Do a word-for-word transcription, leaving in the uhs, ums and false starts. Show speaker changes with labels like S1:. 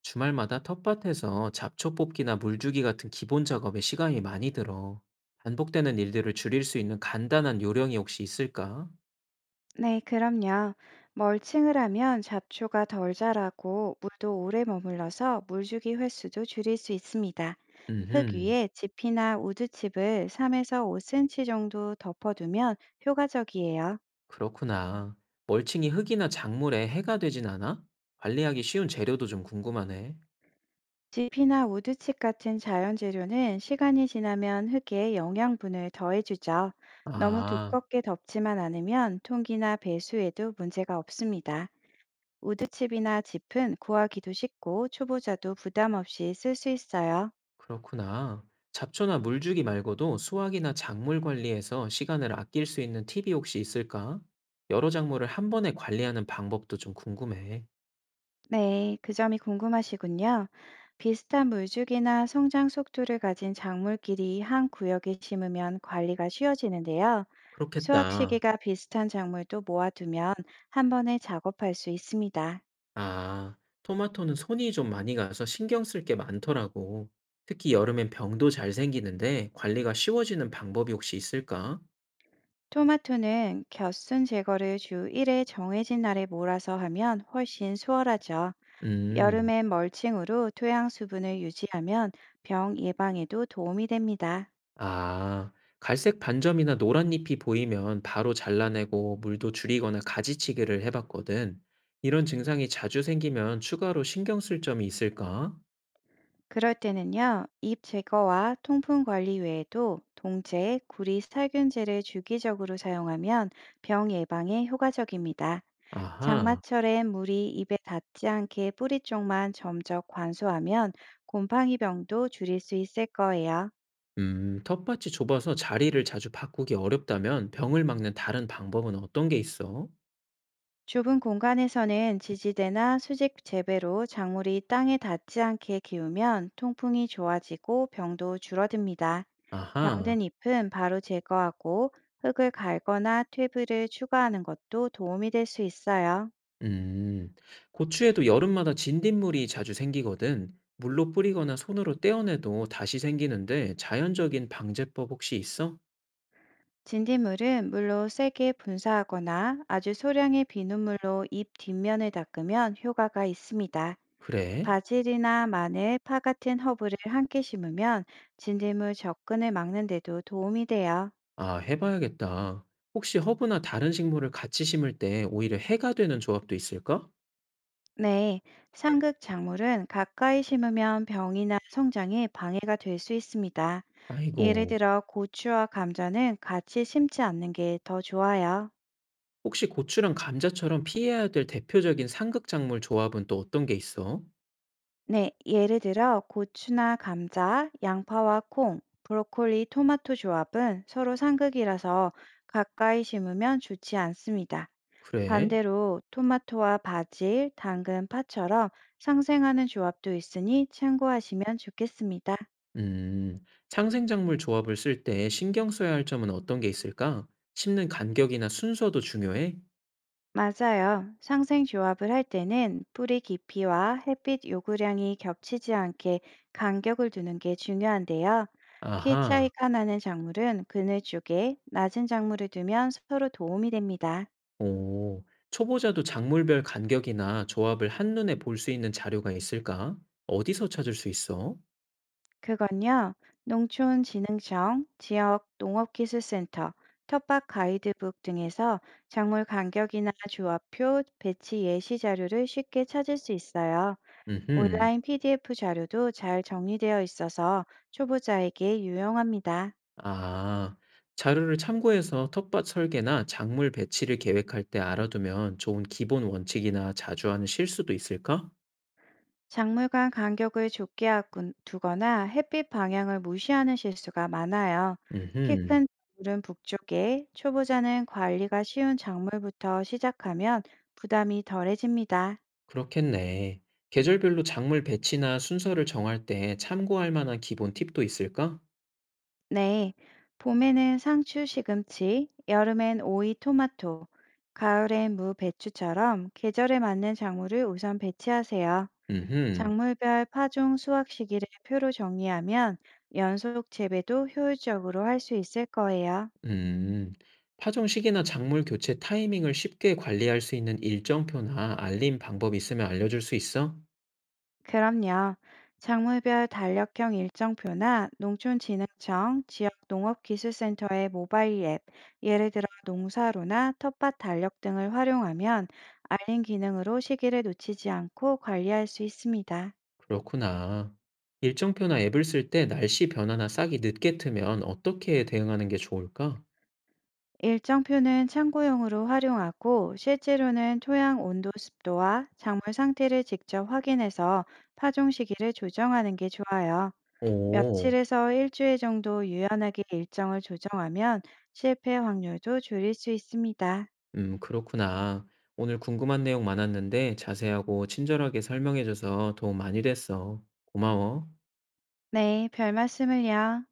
S1: 주말마다 텃밭에서 잡초 뽑기나 물주기 같은 기본 작업에 시간이 많이 들어. 반복되는 일들을 줄일 수 있는 간단한 요령이 혹시 있을까?
S2: 네, 그럼요. 멀칭을 하면 잡초가 덜 자라고 물도 오래 머물러서 물주기 횟수도 줄일 수 있습니다. 흙
S1: 음,
S2: 위에 지피나 우드칩을 삼에서 오 센티미터 정도 덮어두면 효과적이에요.
S1: 그렇구나. 멀칭이 흙이나 작물에 해가 되진 않아? 관리하기 쉬운 재료도 좀 궁금하네.
S2: 지피나 우드칩 같은 자연 재료는 시간이 지나면 흙에 영양분을 더해주죠. 너무
S1: 아,
S2: 두껍게 덮지만 않으면 통기나 배수에도 문제가 없습니다. 우드칩이나 짚은 구하기도 쉽고 초보자도 부담 없이 쓸 수 있어요.
S1: 그렇구나. 잡초나 물주기 말고도 수확이나 작물 관리에서 시간을 아낄 수 있는 팁이 혹시 있을까? 여러 작물을 한 번에 관리하는 방법도 좀 궁금해.
S2: 네, 그 점이 궁금하시군요. 비슷한 물주기나 성장 속도를 가진 작물끼리 한 구역에 심으면 관리가 쉬워지는데요. 수확
S1: 그렇겠다.
S2: 시기가 비슷한 작물도 모아두면 한 번에 작업할 수 있습니다.
S1: 아, 토마토는 손이 좀 많이 가서 신경 쓸 게 많더라고. 특히 여름엔 병도 잘 생기는데 관리가 쉬워지는 방법이 혹시 있을까?
S2: 토마토는 겹순 제거를 주 일 회 정해진 날에 몰아서 하면 훨씬 수월하죠.
S1: 음,
S2: 여름엔 멀칭으로 토양 수분을 유지하면 병 예방에도 도움이 됩니다.
S1: 아, 갈색 반점이나 노란 잎이 보이면 바로 잘라내고 물도 줄이거나 가지치기를 해봤거든. 이런 증상이 자주 생기면 추가로 신경 쓸 점이 있을까?
S2: 그럴 때는요, 잎 제거와 통풍 관리 외에도 동제, 구리, 살균제를 주기적으로 사용하면 병 예방에 효과적입니다.
S1: 아하,
S2: 장마철엔 물이 입에 닿지 않게 뿌리 쪽만 점적 관수하면 곰팡이병도 줄일 수 있을 거예요.
S1: 음, 텃밭이 좁아서 자리를 자주 바꾸기 어렵다면 병을 막는 다른 방법은 어떤 게 있어?
S2: 좁은 공간에서는 지지대나 수직 재배로 작물이 땅에 닿지 않게 키우면 통풍이 좋아지고 병도 줄어듭니다.
S1: 아하.
S2: 병든 잎은 바로 제거하고 흙을 갈거나 퇴비를 추가하는 것도 도움이 될 수 있어요.
S1: 음, 고추에도 여름마다 진딧물이 자주 생기거든. 물로 뿌리거나 손으로 떼어내도 다시 생기는데 자연적인 방제법 혹시 있어?
S2: 진딧물은 물로 세게 분사하거나 아주 소량의 비눗물로 잎 뒷면을 닦으면 효과가 있습니다.
S1: 그래?
S2: 바질이나 마늘, 파 같은 허브를 함께 심으면 진딧물 접근을 막는 데도 도움이 돼요.
S1: 아, 해봐야겠다. 혹시 허브나 다른 식물을 같이 심을 때 오히려 해가 되는 조합도 있을까?
S2: 네, 상극 작물은 가까이 심으면 병이나 성장에 방해가 될 수 있습니다. 예를
S1: 아이고,
S2: 들어 고추와 감자는 같이 심지 않는 게 더 좋아요.
S1: 혹시 고추랑 감자처럼 피해야 될 대표적인 상극작물 조합은 또 어떤 게 있어?
S2: 네, 예를 들어 고추나 감자, 양파와 콩, 브로콜리, 토마토 조합은 서로 상극이라서 가까이 심으면 좋지 않습니다.
S1: 그래?
S2: 반대로 토마토와 바질, 당근, 파처럼 상생하는 조합도 있으니 참고하시면 좋겠습니다.
S1: 음, 창생작물 조합을 쓸 때 신경 써야 할 점은 어떤 게 있을까? 심는 간격이나 순서도 중요해?
S2: 맞아요. 상생 조합을 할 때는 뿌리 깊이와 햇빛 요구량이 겹치지 않게 간격을 두는 게 중요한데요. 키
S1: 아하,
S2: 차이가 나는 작물은 그늘 쪽에 낮은 작물을 두면 서로 도움이 됩니다.
S1: 오, 초보자도 작물별 간격이나 조합을 한눈에 볼 수 있는 자료가 있을까? 어디서 찾을 수 있어?
S2: 그건요, 농촌진흥청, 지역 농업기술센터, 텃밭 가이드북 등에서 작물 간격이나 조합표, 배치 예시 자료를 쉽게 찾을 수 있어요.
S1: 음흠,
S2: 온라인 피디에프 자료도 잘 정리되어 있어서 초보자에게 유용합니다.
S1: 아, 자료를 참고해서 텃밭 설계나 작물 배치를 계획할 때 알아두면 좋은 기본 원칙이나 자주 하는 실수도 있을까?
S2: 작물간 간격을 좁게 하군- 두거나 햇빛 방향을 무시하는 실수가 많아요. 키
S1: 음흠.
S2: 큰 작물은 북쪽에, 초보자는 관리가 쉬운 작물부터 시작하면 부담이 덜해집니다.
S1: 그렇겠네. 계절별로 작물 배치나 순서를 정할 때 참고할 만한 기본 팁도 있을까?
S2: 네, 봄에는 상추, 시금치, 여름엔 오이, 토마토, 가을엔 무, 배추처럼 계절에 맞는 작물을 우선 배치하세요.
S1: 음흠,
S2: 작물별 파종 수확 시기를 표로 정리하면 연속 재배도 효율적으로 할 수 있을 거예요.
S1: 음. 파종 시기나 작물 교체 타이밍을 쉽게 관리할 수 있는 일정표나 알림 방법 있으면 알려줄 수 있어?
S2: 그럼요. 작물별 달력형 일정표나 농촌진흥청, 지역농업기술센터의 모바일 앱, 예를 들어 농사로나 텃밭 달력 등을 활용하면 알림 기능으로 시기를 놓치지 않고 관리할 수 있습니다.
S1: 그렇구나. 일정표나 앱을 쓸 때 날씨 변화나 싹이 늦게 트면 어떻게 대응하는 게 좋을까?
S2: 일정표는 참고용으로 활용하고 실제로는 토양 온도, 습도와 작물 상태를 직접 확인해서 파종 시기를 조정하는 게 좋아요.
S1: 오,
S2: 며칠에서 일주일 정도 유연하게 일정을 조정하면 실패 확률도 줄일 수 있습니다.
S1: 음, 그렇구나. 오늘 궁금한 내용 많았는데 자세하고 친절하게 설명해줘서 도움 많이 됐어. 고마워.
S2: 네, 별 말씀을요.